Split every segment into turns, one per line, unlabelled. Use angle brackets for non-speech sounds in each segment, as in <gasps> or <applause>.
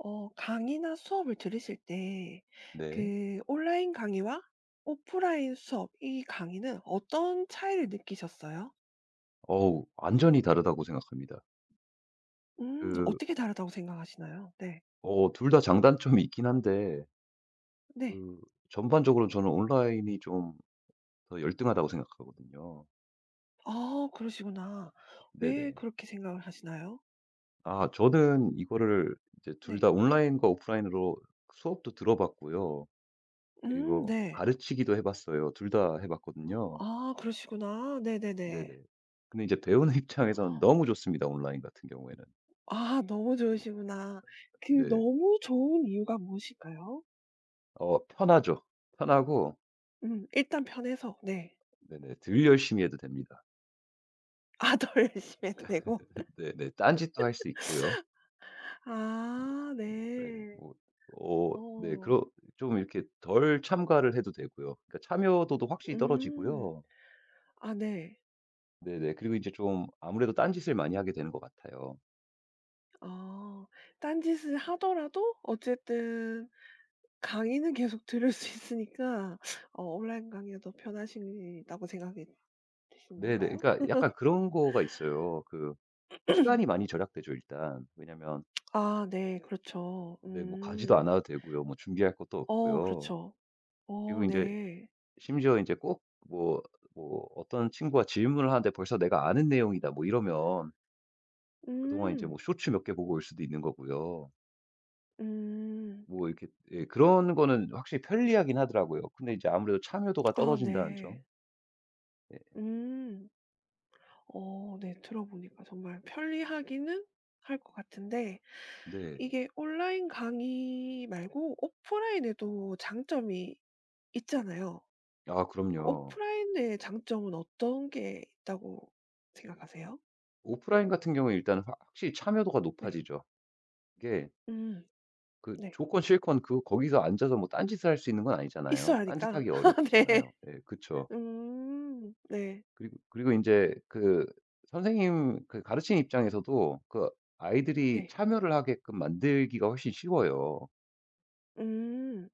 강의나 수업을 들으실 때
네.
그 온라인 강의와 오프라인 수업 이 강의는 어떤 차이를 느끼셨어요?
어우 완전히 다르다고 생각합니다. 그
어떻게 다르다고 생각하시나요? 네.
둘 다 장단점이 있긴 한데 그
네.
전반적으로 저는 온라인이 좀 더 열등하다고 생각하거든요.
아 그러시구나. 왜
네네.
그렇게 생각을 하시나요?
아 저는 이거를 이제 둘
네.
다 온라인과 오프라인으로 수업도 들어봤고요. 그리고
네.
가르치기도 해 봤어요. 둘 다 해 봤거든요.
아 그러시구나. 네네네.
네네. 근데 이제 배우는 <laughs> 입장에선 너무 좋습니다, 온라인 같은 경우에는.
아 너무
뭐
좋으시구나. 그
네.
너무 좋은 이유가 무엇일까요?
편하죠. 편하고
일단 편해서 네.
네네 덜 열심히 해도 됩니다.
아 더 <laughs> 열심히 해도 되고.
네네. 딴짓도 할 수 있고요.
아
뭐 뭐 예
네.
뭐 네 그런
어.
좀 이렇게 덜 참가를 해도 되고요. 그러니까 참여도도 확실히
음.
떨어지고요.
아 네.
네네. 그리고 이제 좀 아무래도 딴짓을 많이 하게 되는 것 같아요.
아. 딴짓을 하더라도 어쨌든 강의는 계속 들을 수 있으니까 온라인 강의가 더 편하시다고 생각이 드신
네네.
건가요?
그러니까 약간 그런 거가 있어요. 그 시간이 많이 절약되죠 일단. 왜냐면
아 네. 그렇죠.
네 뭐 가지도
음.
않아도 되고요. 뭐 준비할 것도
어
없고요.
그렇죠. 어
그리고 이제
네.
심지어 이제 꼭 뭐 뭐 어떤 친구가 질문을 하는데 벌써 내가 아는 내용이다 뭐 이러면 그동안 이제
음.
뭐 쇼츠 몇 개 보고 올 수도 있는 거고요.
음.
뭐 이렇게 예 그런 거는 확실히 편리하긴 하더라고요. 근데 이제 아무래도 참여도가
아
떨어진다는
네.
점. 예.
음. 어 네. 들어보니까 정말 편리하기는 할 것 같은데
네.
이게 온라인 강의 말고 오프라인에도 장점이 있잖아요.
아
그
그럼요.
오프라인의 장점은 어떤 게 있다고 생각하세요?
오프라인 같은 경우에 일단 확 확실히 참여도가
네.
높아지죠. 이게
음
그
네.
조건 실건 그 거기서 앉아서 뭐 딴짓을 할 수 있는 건 아니잖아요.
있어야 하니까.
딴짓하기
<laughs> 네.
어렵잖아요. 예 그쵸.
네.
그리고 이제 그 선생님 그 가르치는 입장에서도 그 아이들이
네.
참여를 하게끔 만들기가 훨씬 쉬워요.
음.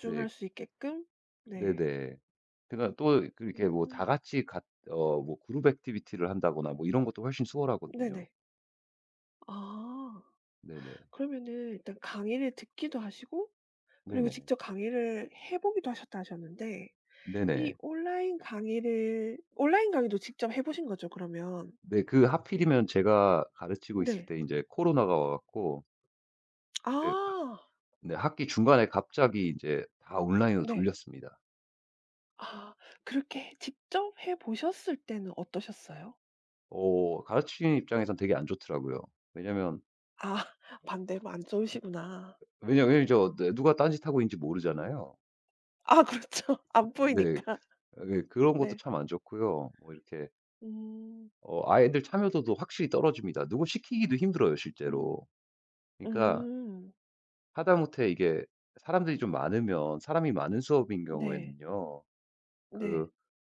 네.
수 있게끔? 네.
네네. 그러니까 또 그렇게 뭐 다
음.
같이 같 뭐 그룹 액티비티를 한다거나 뭐 이런 것도 훨씬 수월하거든요.
네네. 아.
네네.
그러면은 일단 강의를 듣기도 하시고 그리고
네네.
직접 강의를 해 보기도 하셨다 하셨는데 이
네네.
온라인 강의도 직접 해 보신 거죠 그러면?
네 그 하필이면 제가 가르치고 있을
네.
때 이제 코로나가 와 갖고 그때 하
아
네 학기 중간에 갑자기 이제 다 온라인으로
네.
돌렸습니다.
아 그렇게 직접 해 보셨을 때는 어떠셨어요?
가르치는 입장에선 되게 안 좋더라고요. 왜냐면
아 <laughs> 반대로 안 좋으시구나.
왜냐면 저 네 누가 딴짓하고 있는지 모르잖아요.
아 그렇죠. <laughs> 안
네.
보이니까.
네, 그런 것도
네.
참 안 좋고요. 뭐 이렇게
음.
아이들 참여도도 확실히 떨어집니다. 누구 시키기도 힘들어요
음.
실제로. 그러니까
음.
하다못해 이게 사람들이 좀 많으면 사람이 많은 수업인
네.
경우에는요.
네.
그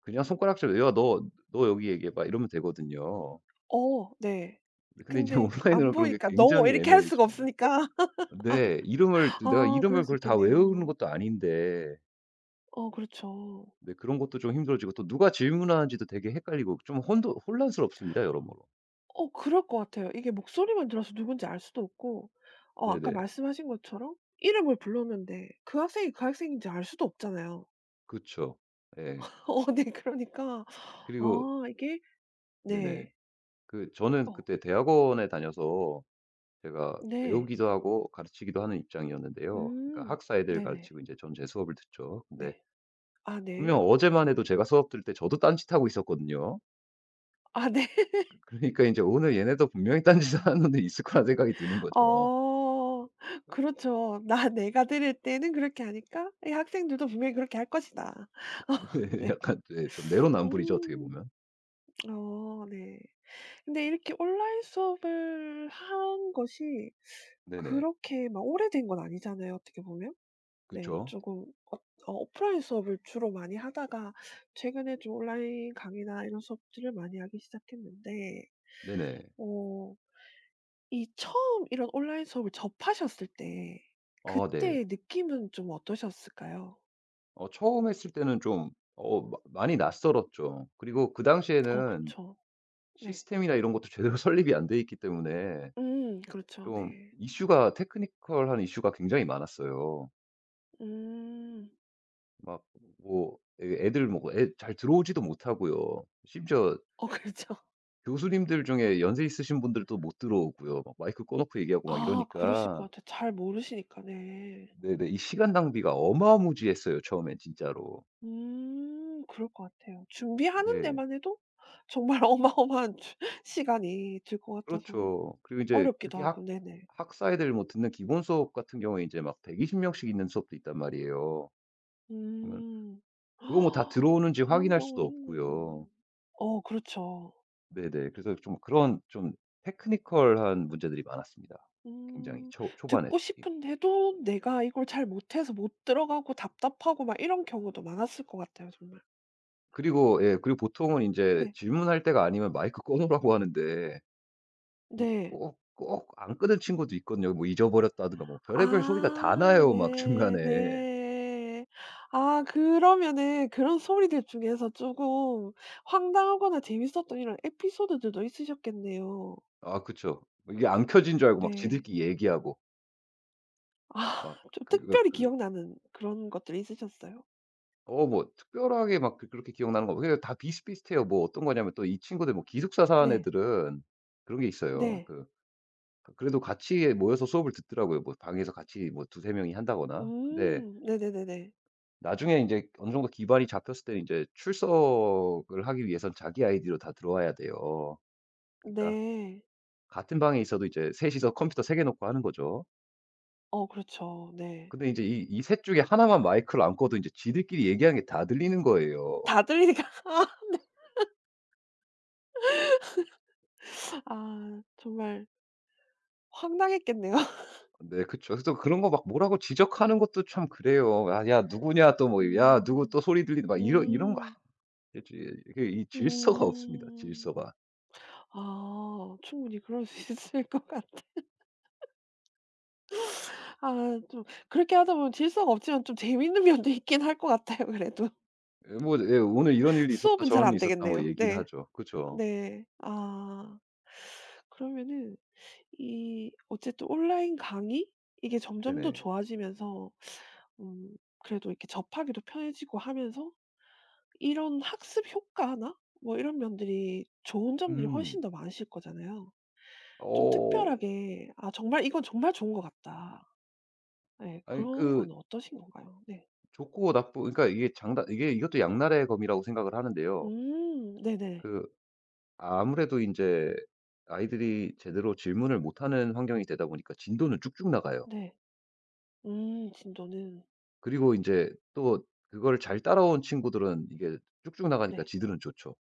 그냥 손가락질 "야 너 너 여기 얘기해 봐." 이러면 되거든요.
어 네.
근데 이제 <laughs>
근데 안
온라인으로 그런 게
보이니까 "너."
굉장히
이렇게 할 수가
애매해집니다.
없으니까.
네. 이름을
<laughs>
내가
아
이름을
그럴 수
그걸 다 외우는
있겠네요.
것도 아닌데
어 그렇죠.
네 그런 것도 좀 힘들어지고 또 누가 질문하는지도 되게 헷갈리고 좀 혼도 혼란스럽습니다 여러모로.
어 그럴 것 같아요. 이게 목소리만 들어서 누군지 알 수도 없고 아까
네네.
말씀하신 것처럼 이름을 불렀는데 그 학생이 그 학생인지 알 수도 없잖아요.
그쵸. 예.
<laughs> 어 네 그러니까
그리고
아 이게
네네.
네.
그 저는
어
그때 대학원에 다녀서 제가
네.
배우기도 하고 가르치기도 하는 입장이었는데요. 그러니까
음
학사 애들
네네.
가르치고 이제 전 제 수업을 듣죠. 근데
네. 아
분명
네.
어제만 해도 제가 수업 들을 때 저도 딴짓하고 있었거든요.
아 네. <laughs>
<laughs> 그러니까 이제 오늘 얘네도 분명히 딴짓하는 애 있을 거란 생각이 드는 거죠.
어 그렇죠. '나 내가 들을 때는 그렇게 하니까 이 학생들도 분명히 그렇게 할 것이다.' <laughs> 어
<laughs>
네.
약간 네 좀 내로남불이죠 어떻게
음.
보면.
어 네. 근데 이렇게 온라인 수업을 한 것이
네네.
그렇게 막 오래된 건 아니잖아요, 어떻게 보면. 네.
그쵸.
조금 어 오프라인 수업을 주로 많이 하다가 최근에 좀 온라인 강의나 이런 수업들을 많이 하기 시작했는데
네네.
어 이 처음 이런 온라인 수업을 접하셨을 때
네.
그때의 느낌은 좀 어떠셨을까요?
처음 했을 때는 좀 마 많이 낯설었죠. 그리고 그
어
당시에는
그쵸. 네.
시스템이나 이런 것도 제대로 <laughs> 설립이 안 돼 있기 때문에
그렇죠.
좀
네.
이슈가 테크니컬한 이슈가 굉장히 많았어요.
음.
막 뭐 애들 뭐잘 들어오지도 못하고요. 심지어
어 <laughs> 그렇죠.
교수님들 중에 연세 있으신 분들도 못 들어오고요. 막 마이크 꺼 놓고 얘기하고 막
아 그러실 것
이러니까
같아요. 잘 모르시니까. 네.
네네 이 시간 낭비가 어마무지했어요 처음엔 진짜로.
그럴 것 같아요. 준비하는
네.
데만 해도 정말 <laughs> 어마어마한 주 시간이 들 것 같아서
그렇죠. 그리고 이제
어렵기도
특히 학
하고. 네네.
학사 애들 뭐 듣는 기본 수업 같은 경우에 이제막 120 명씩 있는 수업도 있단 말이에요. 그러면
음.
그거 뭐 다
<gasps>
들어오는지
그런
확인할 수도 없고요.
경우는 어 그렇죠.
네네. 그래서 좀 그런 좀 테크니컬한 문제들이 많았습니다. 굉장히
음
초 초반에
듣고
특히.
싶은데도 내가 이걸 잘 못해서 못 들어가고 답답하고 막 이런 경우도 많았을 것 같아요 정말.
그리고 예 그리고 보통은 이제
네.
질문할 때가 아니면 마이크 꺼 놓으라고 하는데 이
네.
꼭 꼭 안 끄는 친구도 있거든요. 뭐 잊어버렸다든가 뭐 별의별 소리가 다
아
나요 막
네.
중간에.
네. 아 그러면은 그런 소리들 중에서 쪼금 황당하거나 재밌었던 이런 에피소드들도 있으셨겠네요.
아 그쵸. 뭐 이게 안 켜진 줄 알고 막
네.
지들끼리 얘기하고
아
막
좀
그 그
특별히
그-
기억나는 그런 것들이 있으셨어요?
뭐 특별하게 막 그 그렇게 기억나는 거 뭐 그냥 다 비슷비슷해요. 뭐 어떤 거냐면 또 이 친구들 뭐 기숙사 사는
네.
애들은 그런 게 있어요.
네.
그 그래도 같이 모여서 수업을 듣더라고요. 뭐 방에서 같이 뭐 두세 명이 한다거나. 근데
음. 네네네네.
나중에 이제 어느 정도 기반이 잡혔을 때 이제 출석을 하기 위해선 자기 아이디로 다 들어와야 돼요. 그러니까
네.
같은 방에 있어도 이제 셋이서 컴퓨터 세 개 놓고 하는 거죠.
어 그렇죠. 네.
근데 이제 이 셋 중에 하나만 마이크를 안 꺼도 이제 지들끼리 얘기하는 게 다 들리는 거예요.
다 들리니까. <laughs> 아 정말 황당했겠네요. <laughs>
네 그쵸. 그래서 그런 거 막 뭐라고 지적하는 것도 참 그래요. "야 야 누구냐." 또 뭐 "야 누구
음.
또 소리 들리는 막 이런 이런 거 아
음.
이게 이 질서가 없습니다,
음.
질서가.
아 충분히 그럴 수 <laughs> 있을 것 같아. 아 좀 그렇게 하다 보면 질서가 없지만 좀 재밌는 면도 있긴 할 것 같아요 그래도.
예 뭐 예 "오늘 이런
<laughs>
일이 있었다.
수업은 잘
저런 일이
안
있었다." 뭐
되겠네요.
얘기는
네.
하죠. 그죠.
네. 아. 그러면은 이 어쨌든 온라인 강의 이게 점점 더
네네.
좋아지면서 음 그래도 이렇게 접하기도 편해지고 하면서 이런 학습 효과나 뭐 이런 면들이 좋은 점들이
음.
훨씬 더 많으실 거잖아요. 좀
어
특별하게 '아 정말 이건 정말 좋은 것 같다.' 네
아니
그런
그
건 어떠신 건가요? 네.
좋고 나쁘 그러니까 이게 이것도 양날의 검이라고 생각을 하는데요.
네네.
그 아무래도 인제 아이들이 제대로 질문을 못하는 환경이 되다 보니까 진도는 쭉쭉 나가요.
네. 진도는.
그리고 인제 또 그걸 잘 따라온 친구들은 이게 쭉쭉 나가니까
네.
지들은 좋죠.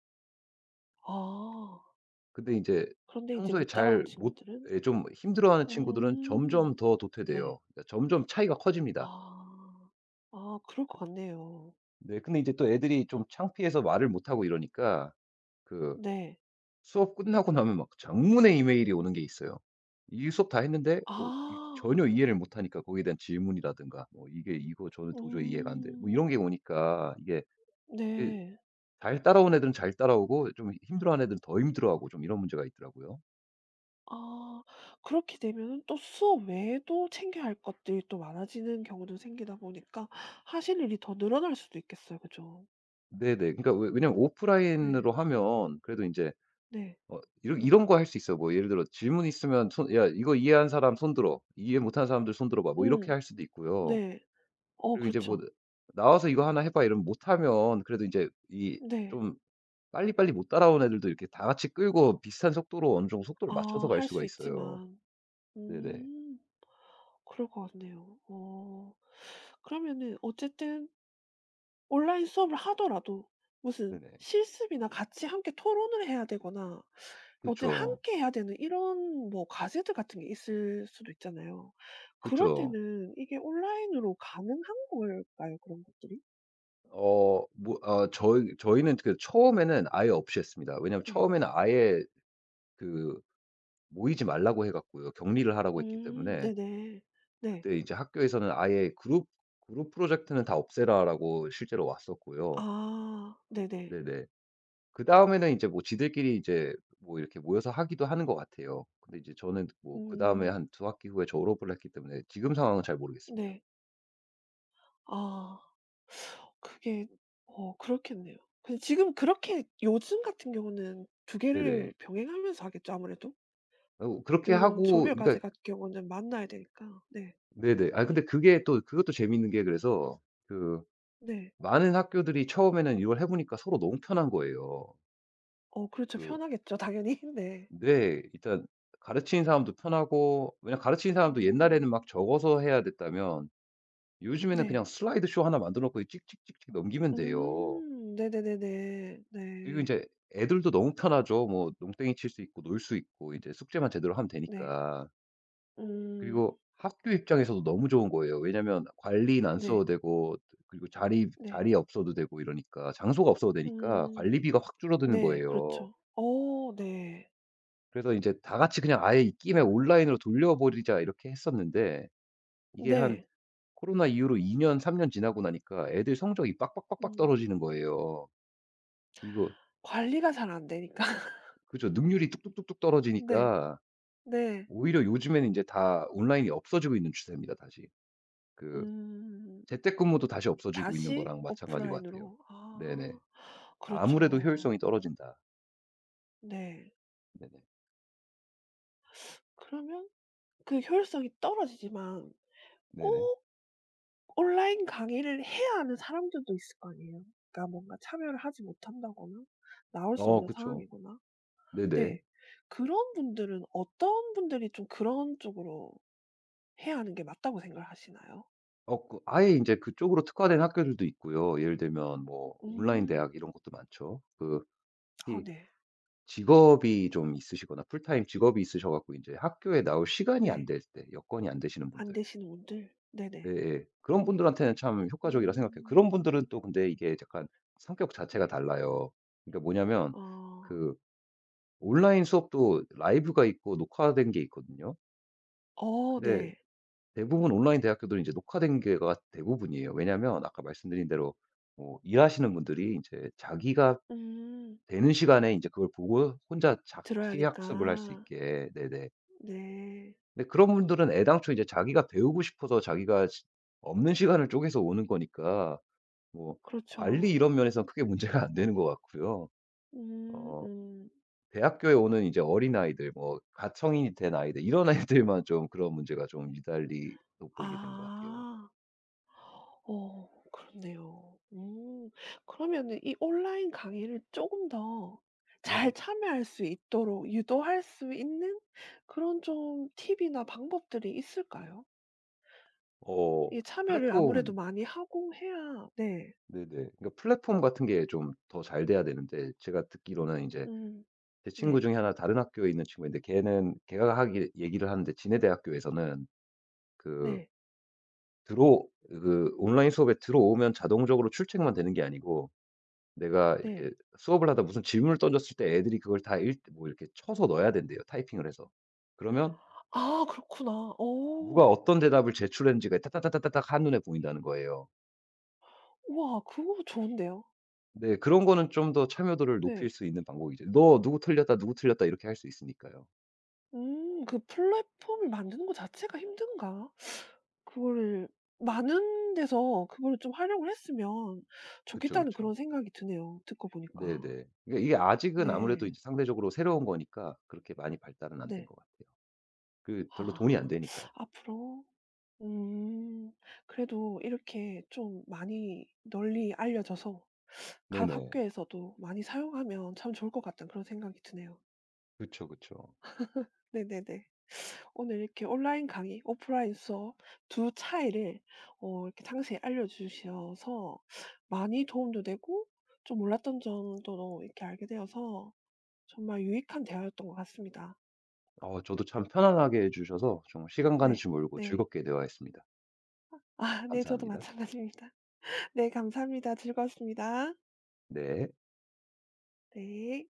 아.
근데 인제
그런데 이제
평소에
못 따라온
잘 못
친구들은?
예 좀 힘들어하는 친구들은 점점
음.
더
네.
도태돼요. 그러니까 점점 차이가 커집니다.
아. 아 그럴 것 같네요.
네. 근데 이제 또 애들이 좀 창피해서 말을 못하고 이러니까 그
네.
수업 끝나고 나면 막 장문의 이메일이 오는 게 있어요. 이 수업 다 했는데 이
아.
전혀 이해를 못하니까 거기에 대한 질문이라든가 뭐 "이게 이거 저는 도저히 이해가 안 돼." 뭐
음.
이런 게 오니까 이게 그
네.
잘 따라온 애들은 잘 따라오고 좀 힘들어하는 애들은 더 힘들어하고 좀 이런 문제가 있더라고요.
아. 그렇게 되면은 또 수업 외에도 챙겨야 할 것들이 또 많아지는 경우도 생기다 보니까 하실 일이 더 늘어날 수도 있겠어요. 그죠?
네네. 그러니까 왜 왜냐면
네.
오프라인으로 하면 그래도 이제
네.
이런 이런 거 할 수 있어 뭐 예를 들어 질문 있으면 손 "야 이거 이해한 사람 손 들어. 이해 못하는 사람들 손 들어 봐." 뭐 이렇게
음.
할 수도 있고요.
네. 어
그리고 이제 뭐
그렇죠.
"나와서 이거 하나 해 봐." 이러면 못하면 그래도 이제 이
네.
좀 빨리빨리 못 따라온 애들도 이렇게 다 같이 끌고 비슷한 속도로 어느 정도 속도를 맞춰서
아
갈
할
수가
수
있어요.
있지만.
네네.
음. 그럴 것 같네요. 어. 그러면은 어쨌든 온라인 수업을 하더라도 무슨
네네.
실습이나 같이 함께 토론을 해야 되거나 어쨌든
그쵸.
함께 해야 되는 이런 뭐 과제들 같은 게 있을 수도 있잖아요. 그럴
그쵸.
때는 이게 온라인으로 가능한 걸까요? 그런 것들이?
뭐 아 저희는 그 처음에는 아예 없이 했습니다. 왜냐면
네.
처음에는 아예 그 모이지 말라고 해 갖고요. 격리를 하라고 했기 때문에.
네네. 네.
그때 이제 학교에서는 아예 "그룹 프로젝트는 다 없애라."라고 실제로 왔었고요.
아 네네.
네네. 그다음에는 이제 뭐 지들끼리 이제 뭐 이렇게 모여서 하기도 하는 것 같아요. 근데 이제 저는 뭐 그다음에
음
한 두 학기 후에 졸업을 했기 때문에 지금 상황은 잘 모르겠습니다.
네. 아. 그게 그렇겠네요. 근데 지금 그렇게 요즘 같은 경우는 두
네네.
개를 병행하면서 하겠죠 아무래도.
그렇게
요런
하고
조별 네.
그러니까
과제 같은 경우는 만나야 되니까. 네.
네네. 아 근데 그게 또 그것도 재밌는 게 그래서 그
네.
많은 학교들이 처음에는 이걸 해 보니까 서로 너무 편한 거예요.
어 그렇죠.
그
편하겠죠 당연히. <laughs> 네.
네. 일단 가르치는 사람도 편하고 왜냐면 가르치는 사람도
음.
옛날에는 막 적어서 해야 됐다면 요즘에는 그냥
네.
슬라이드 쇼 하나 만들어 놓고 찍찍찍찍 넘기면 돼요.
음. 네네네네.
그리고 이
네.
제 애들도 너무 편하죠. 뭐 농땡이 칠 수 있고 놀 수 있고 이제 숙제만 제대로 하면
네.
되니까.
음.
그리고 학교 입장에서도 너무 좋은 거예요. 왜냐면 관리는 안 써도
네.
되고 그리고 자리
네.
자리 없어도 되고 이러니까 장소가 없어도 되니까
음.
관리비가 확 줄어드는
네.
거예요.
그렇죠. 어 네.
그래서 이제 다 같이 그냥 아예 입김에 '온라인으로 돌려버리자.' 이렇게 했었는데 이게 한
네.
코로나 이후로 2년 3년 지나고 나니까 애들 성적이 빡빡빡빡
음.
떨어지는 거예요. 그리고
관리가 잘 안 되니까. <laughs>
그죠. 능률이 뚝뚝뚝뚝
네.
떨어지니까
네.
오히려 요즘에는 이제 다 온라인이 없어지고 있는 추세입니다 다시. 그
음.
재택근무도 다시 없어지고 있는
다시
거랑 마찬가지 같아요.
오프라인으로.
네네.
아
아무래도
그렇죠.
효율성이 떨어진다.
네.
네네.
그러면 그 효율성이 떨어지지만
네네.
꼭 온라인 강의를 해야 하는 사람들도 있을 거 아니에요. 그러니까 뭔가 참여를 하지 못한다거나 나올 수
어
없는
그쵸.
상황이거나.
네네.
네. 그런 분들은 어떤 분들이 좀 그런 쪽으로 해야 하는 게 맞다고 생각을 하시나요?
그 아예 이제 그쪽으로 특화된 학교들도 있고요. 예를 들면 뭐 온라인
음.
대학 이런 것도 많죠. 그
아
히
네.
직업이 좀 있으시거나 풀타임 직업이 있으셔 갖고 이제 학교에 나올 시간이 안
네.
될 때 여건이 안 되시는
안
분들
되시는 분들. 네네.
예예. 그런 분들한테는 참 효과적이라 생각해요. 그런 분들은
음.
또 근데 이게 약간 성격 자체가
네.
달라요. 그러니까 뭐냐면
어.
그 온라인 수업도 라이브가 있고 녹화된 게 있거든요.
어
근데
네.
대부분 온라인 대학교들은 이제 녹화된 게가 대부분이에요. 왜냐하면 아까 말씀드린 대로 뭐 일하시는 분들이 이제 자기가
음.
되는 시간에 이제 그걸 보고 혼자
들어야
자취 학습을 할 수
하니까.
있게 네네.
네.
근데 그런 분들은 애당초 이제 자기가 배우고 싶어서 자기가 시 없는 시간을 쪼개서 오는 거니까 뭐 관리
그렇죠.
이런 면에서는 크게 문제가 안 되는 것 같고요.
음
어
음.
대학교에 오는 이제 어린아이들 뭐가 성인이 된 아이들 이런 <laughs> 아이들만 좀 그런 문제가 좀 유달리 돋보이게 되는 것 같아요.
아. 어 그렇네요. 음. 그러면은 이 온라인 강의를 조금 더 잘
네네.
참여할 수 있도록 유도할 수 있는 그런 좀 팁이나 방법들이 있을까요?
어
이 참여를
플랫폼
아무래도 많이 하고 해야 네.
네네. 그러니까 플랫폼 같은 게 좀 더 잘 돼야 되는데 제가 듣기로는 이제
음.
제 친구
네.
중에 하나 다른 학교에 있는 친구인데 걔는 걔가 하기 얘기를 하는데 지네 대학교에서는 그
네.
들어 그 온라인 수업에 들어오면 자동적으로 출첵만 되는 게 아니고 내가 이렇게
네.
수업을 하다 무슨 질문을 던졌을 때 애들이 그걸 다 일 뭐 이렇게 쳐서 넣어야 된대요, 타이핑을 해서. 그러면
아 그렇구나.
누가
오,
어떤 대답을 제출했는지가 따딱딱딱다 한눈에 보인다는 거예요.
우와 그거 좋은데요.
네 그런 거는 좀 더 참여도를 높일
네.
수 있는 방법이죠. "너 누구 틀렸다, 누구 틀렸다." 이렇게 할 수 있으니까요.
음. 그 플랫폼을 만드는 거 자체가 힘든가? 그거를 많은 데서 그거를 좀 활용을 했으면
그쵸,
좋겠다는
그쵸.
그런 생각이 드네요 듣고 보니까.
네네. 그러니까 이게 아직은 아무래도
네.
이제 상대적으로 새로운 거니까 그렇게 많이 발달은 안된
네.
것 같아요. 그 별로 돈이 안
아.
되니까요.
앞으로 음 그래도 이렇게 좀 많이 널리 알려져서 각
네네.
학교에서도 많이 사용하면 참 좋을 것 같다는 그런 생각이 드네요.
그쵸, 그쵸.
네네네. 오늘 이렇게 온라인 강의, 오프라인 수업 두 차이를 이렇게 상세히 알려주셔서 많이 도움도 되고 좀 몰랐던 점도 이렇게 알게 되어서 정말 유익한 대화였던 것 같습니다.
저도 참 편안하게 해 주셔서 정말 시간 가는
네.
줄 모르고
네.
즐겁게 대화했습니다.
아 네. 저도
감사합니다.
마찬가지입니다. <laughs> 네. 감사합니다. 즐거웠습니다.
네.
네.